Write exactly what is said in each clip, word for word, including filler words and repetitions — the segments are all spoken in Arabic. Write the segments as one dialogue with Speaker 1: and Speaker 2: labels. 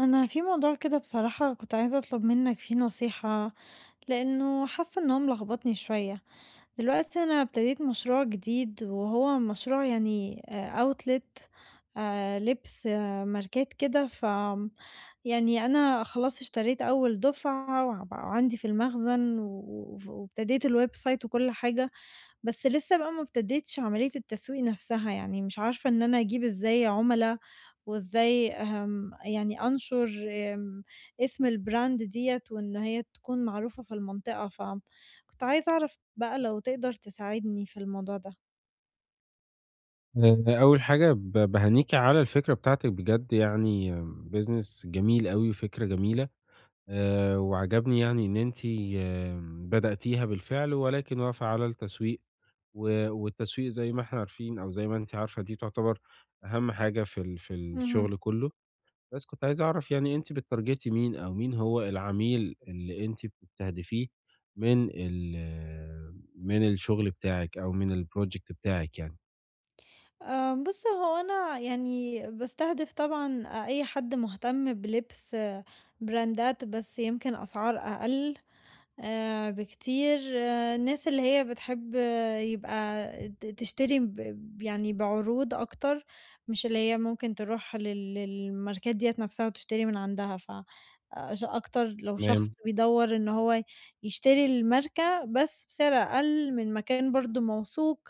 Speaker 1: أنا في موضوع كده بصراحة كنت عايزة أطلب منك فيه نصيحة. لأنه حاسة إن هو ملخبطني شوية. دلوقتي أنا ابتديت مشروع جديد وهو مشروع يعني أوتلت لبس، آه، ماركات كده، ف يعني أنا خلاص اشتريت أول دفعة وع- وعندي في المخزن و- و- وابتديت الويب سايت وكل حاجة. بس لسه بقى ما ابتديتش عملية التسويق نفسها، يعني مش عارفة إن أنا أجيب إزاي عُملا وإزاي، آمم، يعني أنشُر آمم، اسم الbrand ديّة وإن هي تكون معروفة في المنطقة. فكنت عايزة أعرف بقى لو تقدر تساعدني في الموضوع ده.
Speaker 2: آآ، أول حاجة ب باهنيكِ على الفكرة بتاعتِك بجد، يعني business جميل أوي وفكرة جميلة. آآ، وعجبني يعني إن أنتِ آمم، بدأتيها بالفعل، ولكن واقفة على التسويق. و والتسويق زي ما إحنا عارفين، أو زي ما أنتِ عارفة، دي تعتبر أهم حاجة في ال في
Speaker 1: اهم.
Speaker 2: الشغل كله. بس كنت عايز أعرف، يعني أنتِ بتتارجتي مين، أو مين هو العميل اللي أنتِ بتستهدفيه من ال من الشغل بتاعِك أو من الproject بتاعِك يعني؟
Speaker 1: آه، بص هو انا يعني بستهدف طبعا اي حد مهتم بلبس، آه، براندات بس يمكن اسعار اقل آه، بكتير. آه، الناس اللي هي بتحب، آه، يبقى ت- تشتري ب- يعني بعروض اكتر، مش اللي هي ممكن تروح لل- للماركات ديت نفسها وتشتري من عندها، ف آه، ش- اكتر لو شخص
Speaker 2: تمام،
Speaker 1: بيدور ان هو يشتري الماركة بس بسعر اقل من مكان برضو موثوق.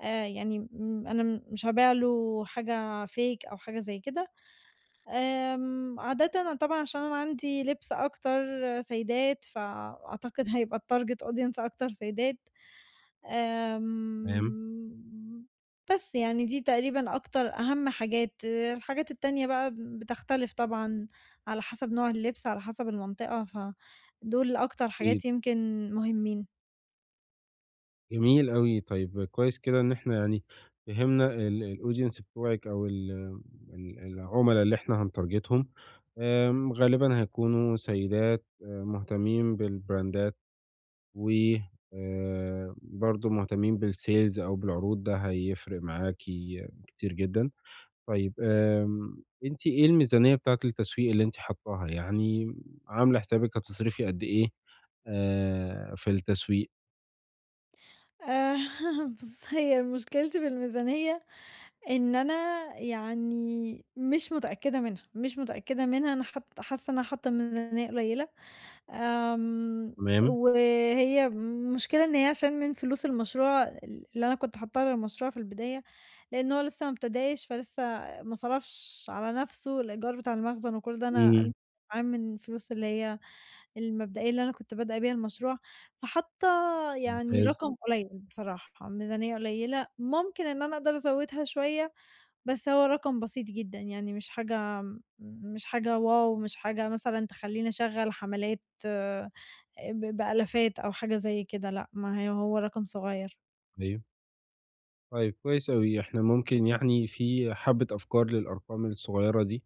Speaker 1: آآ يعني م أنا م مش هابيع له حاجة fake أو حاجة زي كده. آمم عادةً أنا طبعًا عشان أنا عندي لِبْس أكتر سيدات، فأعتقد هيبقى الtarget audience أكتر سيدات.
Speaker 2: تمام،
Speaker 1: آمم بس يعني دي تقريبًا أكتر أهم حاجات. آه، الحاجات التانية بقى بتختلف طبعًا على حسب نوع اللبس، على حسب المنطقة، فدول أكتر
Speaker 2: أكيد.
Speaker 1: حاجات يمكن مهمين.
Speaker 2: جميل أوي. طيب كويس كده إن إحنا يعني فهمنا ال الaudience بتوعِك، أو ال ال العُملا اللي إحنا هنتارجتهم. آمم، غالبًا هيكونوا سيدات، آآ، مهتمين بالبراندات، و آآ، برضه مهتمين بالsales أو بالعروض. ده هيفرق معاكِ كتير جدًا. طيب آمم، أنتِ إيه الميزانية بتاعة التسويق اللي أنتِ حاطاها؟ يعني عاملة حسابِك هتصرفي قد إيه آآ، في التسويق؟
Speaker 1: آآ بُص هي مشكلتي بالميزانية إن أنا يعني مش متأكدة منها، مش متأكدة منها. أنا حاط حاسة إن أنا حاطة ميزانية قليلة. آمم،
Speaker 2: تمام،
Speaker 1: وهي المشكلة إن هي عشان من فلوس المشروع ال اللي أنا كنت حاطاها للمشروع في البداية، لإن هو لسه ما ابتداش فلسه ما صرفش على نفسه، الإيجار بتاع المخزن وكل ده أنا أنا
Speaker 2: إمم،
Speaker 1: معاه من الفلوس اللي هي المبدئية اللي أنا كنت بادئة بيها المشروع، فحاطة يعني
Speaker 2: ممتاز.
Speaker 1: رقم قليل بصراحة، ميزانية قليلة، ممكن إن أنا أقدر أزودها شوية. بس هو رقم بسيط جدًا، يعني مش حاجة مش حاجة واو، مش حاجة مثلًا تخلّيني أشغّل حملات آآ ب بآلافات أو حاجة زي كده، لأ، ما هي هو رقم صغير.
Speaker 2: أيوه. طيب كويس أوي، إحنا ممكن يعني في حبّة أفكار للأرقام الصغيّرة دي،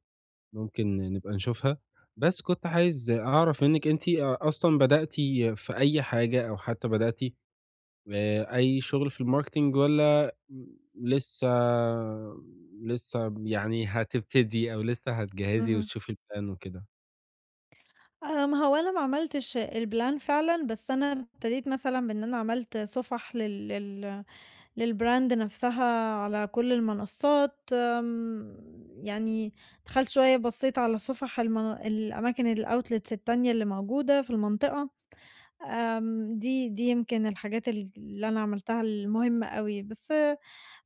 Speaker 2: ممكن نبقى نشوفها. بس كنت عايز أعرف منِّك، أنتِ أ أصلًا بدأتِ في أي حاجة، أو حتى بدأتِ آآ أي شغل في الmarketing، والّا م لسه لسه يعني هتبتدي، أو لسه هتجهّزي
Speaker 1: اهم.
Speaker 2: وتشوفي الplan وكده؟
Speaker 1: آمم، هو أنا ما عملتش الplan فعلًا، بس أنا ابتديت مثلًا بإن أنا عملت صفح لل لل للbrand نفسها على كل المنصات. آمم، يعني دخلت شوية بصيت على صفح المن الأماكن الoutlets التانية اللي موجودة في المنطقة. آمم، دي دي يمكن الحاجات ال اللي أنا عملتها المهمة أوي، بس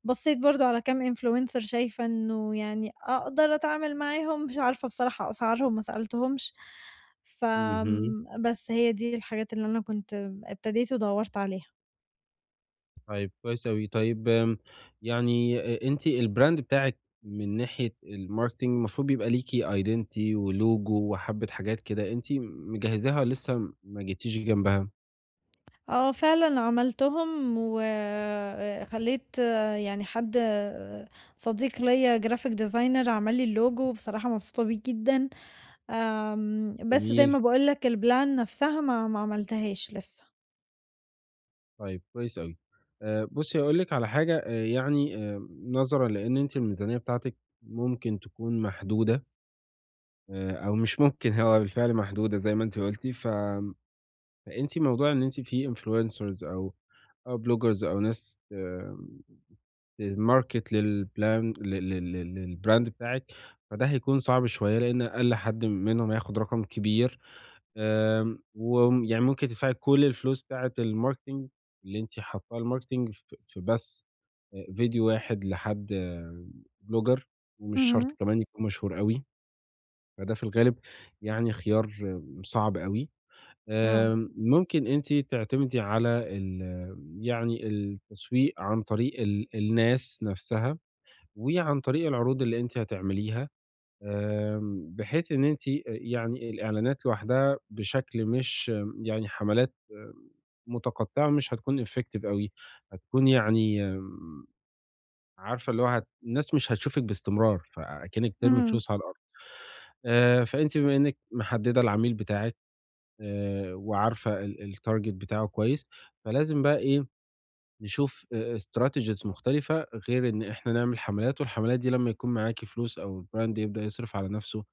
Speaker 1: بصيت برضه على كام influencer شايفة إنه يعني أقدر أتعامل معاهم، مش عارفة بصراحة أسعارهم ما سألتهمش.
Speaker 2: اهم.
Speaker 1: فآمم، بس هي دي الحاجات اللي أنا كنت ابتديت ودوّرت عليها.
Speaker 2: طيب كويس أوي. طيب آمم، يعني أ أنتِ الbrand بتاعِك، من ناحية الmarketing المفروض بيبقى ليكِ identity ولوجو وحبّة حاجات كده. أنتِ مجهّزاها والّا لسه ما جيتيش جنبها؟
Speaker 1: آه، فعلًا عملتهم وخلّيت، آه، يعني حد، آه، صديق ليّا graphic designer عمل لي الlogo، بصراحة مبسوطة بيه جدًا. آمم، بس زي
Speaker 2: جميل،
Speaker 1: ما باقول لك الplan نفسها ما ما عملتهاش لسه.
Speaker 2: طيب كويس أوي. آآ بُصّي، هاقول لِك على حاجة. آآ يعني، آآ نظرًا لإن أنتِ الميزانية بتاعتِك ممكن تكون محدودة، آآ أو مش ممكن، هو بالفعل محدودة زي ما أنتِ قُلتِ. ف فأنتِ موضوع إن أنتِ في influencers، أو أو bloggers، أو ناس آآ المارket للبلان لل لل لل للبراند بتاعِك، فده هيكون صعب شوية، لإن أقل حد منهم هياخد رقم كبير. آمم، وم يعني ممكن تدفعي كل الفلوس بتاعة الmarketing اللي أنتِ حاطّاها للmarketing ف في بس آآ فيديو واحد لحد blogger، ومش شرط
Speaker 1: اهم،
Speaker 2: كمان يكون مشهور أوي. فده في الغالب يعني خيار، آه، صعب أوي.
Speaker 1: آه،
Speaker 2: آمم، ممكن أنتِ تعتمدي على ال يعني التسويق عن طريق ال الناس نَفْسها، وعن طريق العروض اللي أنتِ هتعمليها. آمم، بحيث إن أنتِ آآ يعني الإعلانات لوحدها، بشكل مش يعني حملات، آم، متقطعة، مش هتكون effective أوي. هتكون يعني آمم، عارفة، اللي هو هت الناس مش هتشوفِك باستمرار، فأكنِّك بترمي
Speaker 1: اهم،
Speaker 2: فلوس على الأرض. آآ، فأنتِ بما إنِّك محددة العميل بتاعِك، آآ، وعارفة ال الtarget بتاعه كويس، فلازم بقى إيه، نشوف آآ strategies مختلفة، غير إن إحنا نعمل حملات. والحملات دي، لمّا يكون معاكِ فلوس أو الbrand يبدأ يصرف على نَفْسه،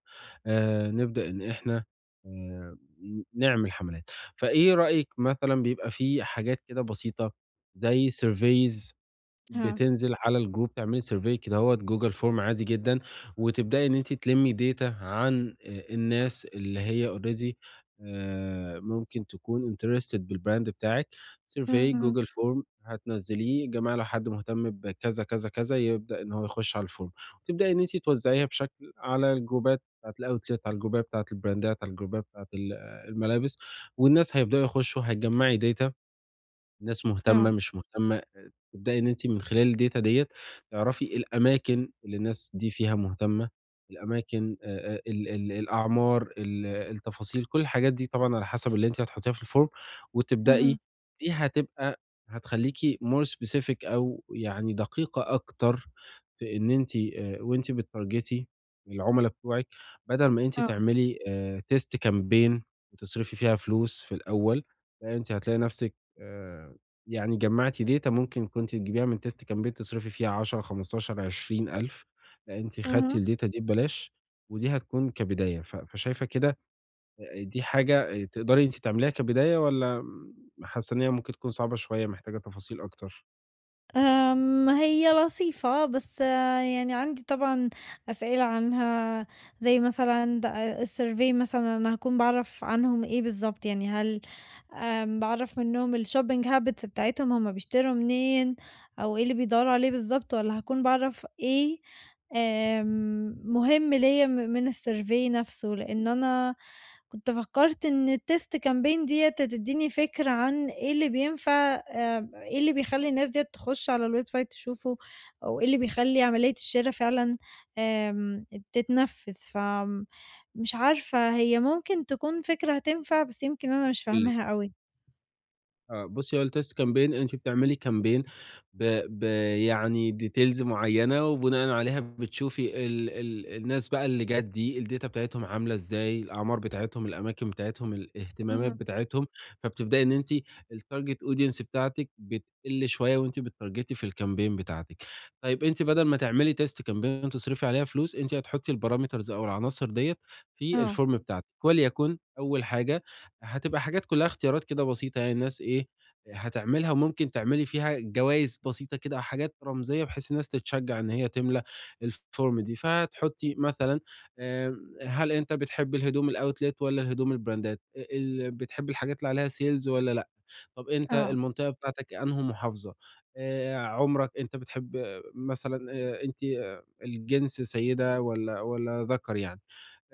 Speaker 2: آآ نبدأ إن إحنا آآ ن نعمل حملات. فإيه رأيِك؟ مثلًا بيبقى في حاجات كده بسيطة زي surveys،
Speaker 1: آه،
Speaker 2: بتنزل على الجروب تعملي survey كدهوّة Google form عادي جدًا، وتبدئي إن أنتِ تلمّي data عن آآ الناس اللي هي already آآ ممكن تكون interested بالbrand بتاعِك. survey
Speaker 1: اهم،
Speaker 2: Google form هتنزّليه: يا جماعة، لو حد مهتم بكذا، كذا، كذا، يبدأ إن هو يخش على الform. وتبدئي إن أنتِ توزّعيها بشكل على الجروبات بتاعة الoutlet، على الجروبات بتاعة البراندات، على الجروبات بتاعة ال آه، الملابس. والناس هيبدؤوا يخشوا، هتجمّعي data. الناس مهتمة،
Speaker 1: آه،
Speaker 2: مش مهتمة. تبدئي إن أنتِ من خلال الdata ديّة تعرفي الأماكن اللي الناس دي فيها مهتمة، الأماكن آآ آآ ال ال الأعمار، ال التفاصيل، كل الحاجات دي طبعًا على حسب اللي أنتِ هتحطيها في الform، وتبدئي.
Speaker 1: اهم،
Speaker 2: دي هتبقى هتخلّيكِ more specific، أو يعني دقيقة أكتر، في إن أنتِ آآ وأنتِ بتتارجتي العُملا بتوعِك، بدل ما أنتِ
Speaker 1: آه،
Speaker 2: تعملي آآ test campaign وتصرفي فيها فلوس في الأول. لأ، أنتِ هتلاقي نفسِك آآ يعني جمّعتِ data، ممكن كنتِ تجيبيها من test كان بيِّك تصرفي فيها عشرة، خمسة عشر، عشرين ألف. لأ، أنتِ خدتِ
Speaker 1: اهم.
Speaker 2: الdata دي ببلاش، ودي هتكون كبداية. ف فشايفة كده آآ دي حاجة آآ تقدري أنتِ تعمليها كبداية، والّا م حاسة إن هي ممكن تكون صعبة شوية، محتاجة تفاصيل أكتر؟
Speaker 1: آمم، هي لطيفة، بس آه، يعني عندي طبعًا أسئلة عنها، زي مثلًا د الsurvey مثلًا أنا هاكون باعرف عنهم إيه بالضبط، يعني هل آمم، باعرف منهم الshopping habits بتاعتهم، هُم بيشتروا منين أو إيه اللي بيدوّروا عليه بالضبط، والّا هاكون باعرف إيه آمم، مهم ليّا م من الsurvey نفسه؟ لإن أنا كنت فكّرت إن الtest campaign ديّة هتدّيني فكرة عن إيه اللي بينفع، آآ إيه اللي بيخلّي الناس ديّة تخُش على الwebsite تشوفه، أو إيه اللي بيخلّي عملية الشِرا فعلًا آمم تتنفّذ. فمش عارفة هي ممكن تكون فكرة هتنفع، بس يمكن أنا مش
Speaker 2: قولي لي.
Speaker 1: فاهماها أوي.
Speaker 2: آه، بُصّي، هو الtest campaign أنتِ بتعملي campaign ب ب يعني details معيّنة، وبناءً عليها بتشوفي ال ال الناس بقى، اللي جات دي الdata بتاعتهم عاملة إزاي، الأعمار بتاعتهم، الأماكن بتاعتهم، الاهتمامات
Speaker 1: اهم.
Speaker 2: بتاعتهم. فبتبدئي إن أنتِ الtarget audience بتاعتِك بتقل شوية، وأنتِ بتتارجتي في الcampaign بتاعتِك. طيب أنتِ، بدل ما تعملي test campaign تصرفي عليها فلوس، أنتِ هتحطي الparameters أو العناصر ديّة في
Speaker 1: آه،
Speaker 2: الform بتاعتِك، وليكن أول حاجة هتبقى حاجات كلّها اختيارات كده بسيطة، يعني الناس إيه هتعملها. وممكن تعملي فيها جوايز بسيطة كده أو حاجات رمزية، بحيث الناس تتشجّع إن هي تملى الform دي. فهتحطّي مثلًا آمم، هل أنت بتحب الهدوم الoutlet والّا الهدوم البراندات؟ أ ال بتحب الحاجات اللي عليها sales والّا لأ؟ طب، أنت
Speaker 1: آه،
Speaker 2: المنطقة بتاعتك أنهو محافظة؟ آآ، عُمرك؟ أنت بتحب، آه، مثلًا آآ، أنتِ، آه، الجنس سيدة والّا والّا ذَكَر يعني؟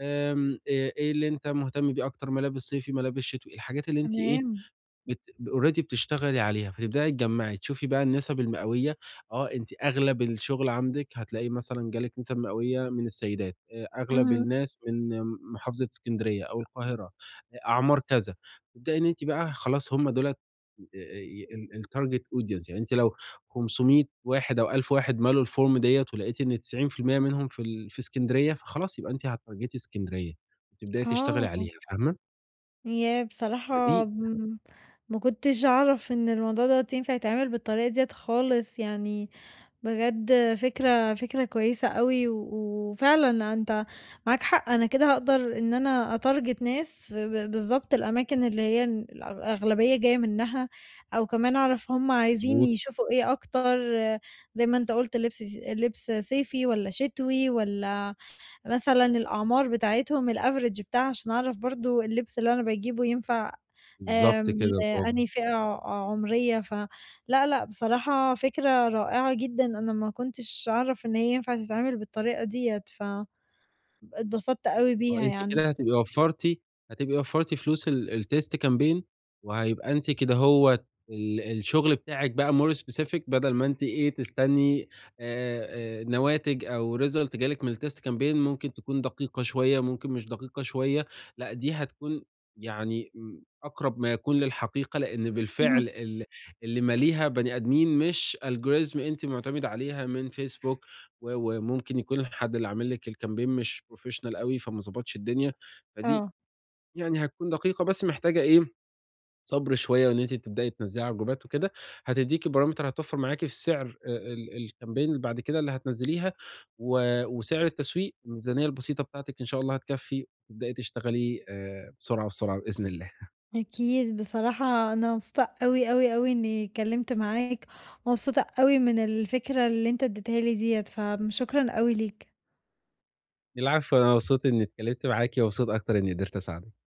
Speaker 2: آمم، آآ إيه اللي أنت مهتم بيه أكتر؟ ملابس صيفي، ملابس شتوي، الحاجات اللي أنتِ إيه،
Speaker 1: تمام.
Speaker 2: بت already بتشتغلي عليها. فتبدئي تجمّعي، تشوفي بقى النسب المئوية. آه، أنتِ أغلب الشغل عندِك هتلاقيه مثلًا، جالِك نسب مئوية من السيدات، آآ أغلب
Speaker 1: اهم.
Speaker 2: الناس من محافظة إسكندرية أو القاهرة، أ أعمار كذا. تبدئي إن أنتِ بقى خلاص هم دُولة، آآ ال الtarget audience. يعني أنتِ لو خمسمية واحد أو ألف واحد ملوا الform ديّة، ولقيتِ إن تسعين في المية منهم في ال في إسكندرية، فخلاص يبقى أنتِ هتارجتي إسكندرية، وتبدئي تشتغلي
Speaker 1: آه.
Speaker 2: عليها، فاهمة؟
Speaker 1: ياه!
Speaker 2: فدي
Speaker 1: بصراحة م ما كنتش أعرف إن الموضوع دوّة ينفع يتعمل بالطريقة ديّة خالص، يعني بجد فكرة فكرة كويسة أوي. و وفعلًا أنت معاك حق، أنا كده هاقدر إن أنا أتارجت ناس في ب بالضبط الأماكن اللي هي ال الأغلبية جاية منها، أو كمان أعرف هُم عايزين
Speaker 2: مضبوط،
Speaker 1: يشوفوا إيه أكتر. آه، زي ما أنت قُلت لبس س لبس صيفي والّا شتوي، والّا مثلًا الأعمار بتاعتهم الaverage بتاعها عشان أعرف برضه اللبس اللي أنا باجيبه ينفع
Speaker 2: بالضبط
Speaker 1: آمم
Speaker 2: كده، برافو.
Speaker 1: لأنهي فئة ع عمرية، ف لأ، لأ، بصراحة فكرة رائعة جدًا، أنا ما كنتش أعرف إن هي ينفع تتعمل بالطريقة ديّة، ف اتبسطت أوي
Speaker 2: آه،
Speaker 1: بيها
Speaker 2: أنتِ
Speaker 1: يعني.
Speaker 2: كده هتبقي وفّرتِ هتبقي وفّرتِ فلوس ال الtest campaign، وهيبقى أنتِ كدهوّة ال الشغل بتاعِك بقى more specific، بدل ما أنتِ إيه، تستني. آآ، آآ، نواتج أو result جالِك من الtest campaign، ممكن تكون دقيقة شوية، ممكن مش دقيقة شوية. لأ، دي هتكون يعني م أقرب ما يكون للحقيقة، لإن
Speaker 1: اهم.
Speaker 2: بالفعل ال اللي ماليها بني آدمين، مش algorithm أنتِ مُعتمدة عليها من Facebook. و وممكن يكون الحد اللي عامل لِك الcampaign مش professional أوي، فما ضبطش الدنيا. فدي
Speaker 1: آه،
Speaker 2: يعني هتكون دقيقة، بس محتاجة إيه، صبر شوية، وإن أنتِ تبدئي تنزّلي على الجروبات وكده. هتدّيكِ parameter، هتوفّر معاكِ في سعر آآ ال الcampaign اللي بعد كده اللي هتنزّليها، و وسعر التسويق. الميزانية البسيطة بتاعتِك إن شاء الله هتكفّي، وتبدئي تشتغلي آآ بسرعة، بسرعة بإذن الله.
Speaker 1: أكيد بصراحة أنا مبسوطة أوي، أوي، أوي إني اتكلمت معاك، ومبسوطة أوي من الفكرة اللي أنت اديتها لي ديّة، فشكرًا أوي ليك.
Speaker 2: العفو، أنا مبسوط إني اتكلمت معاكِ، ومبسوط أكتر إني قدرت أساعدِك.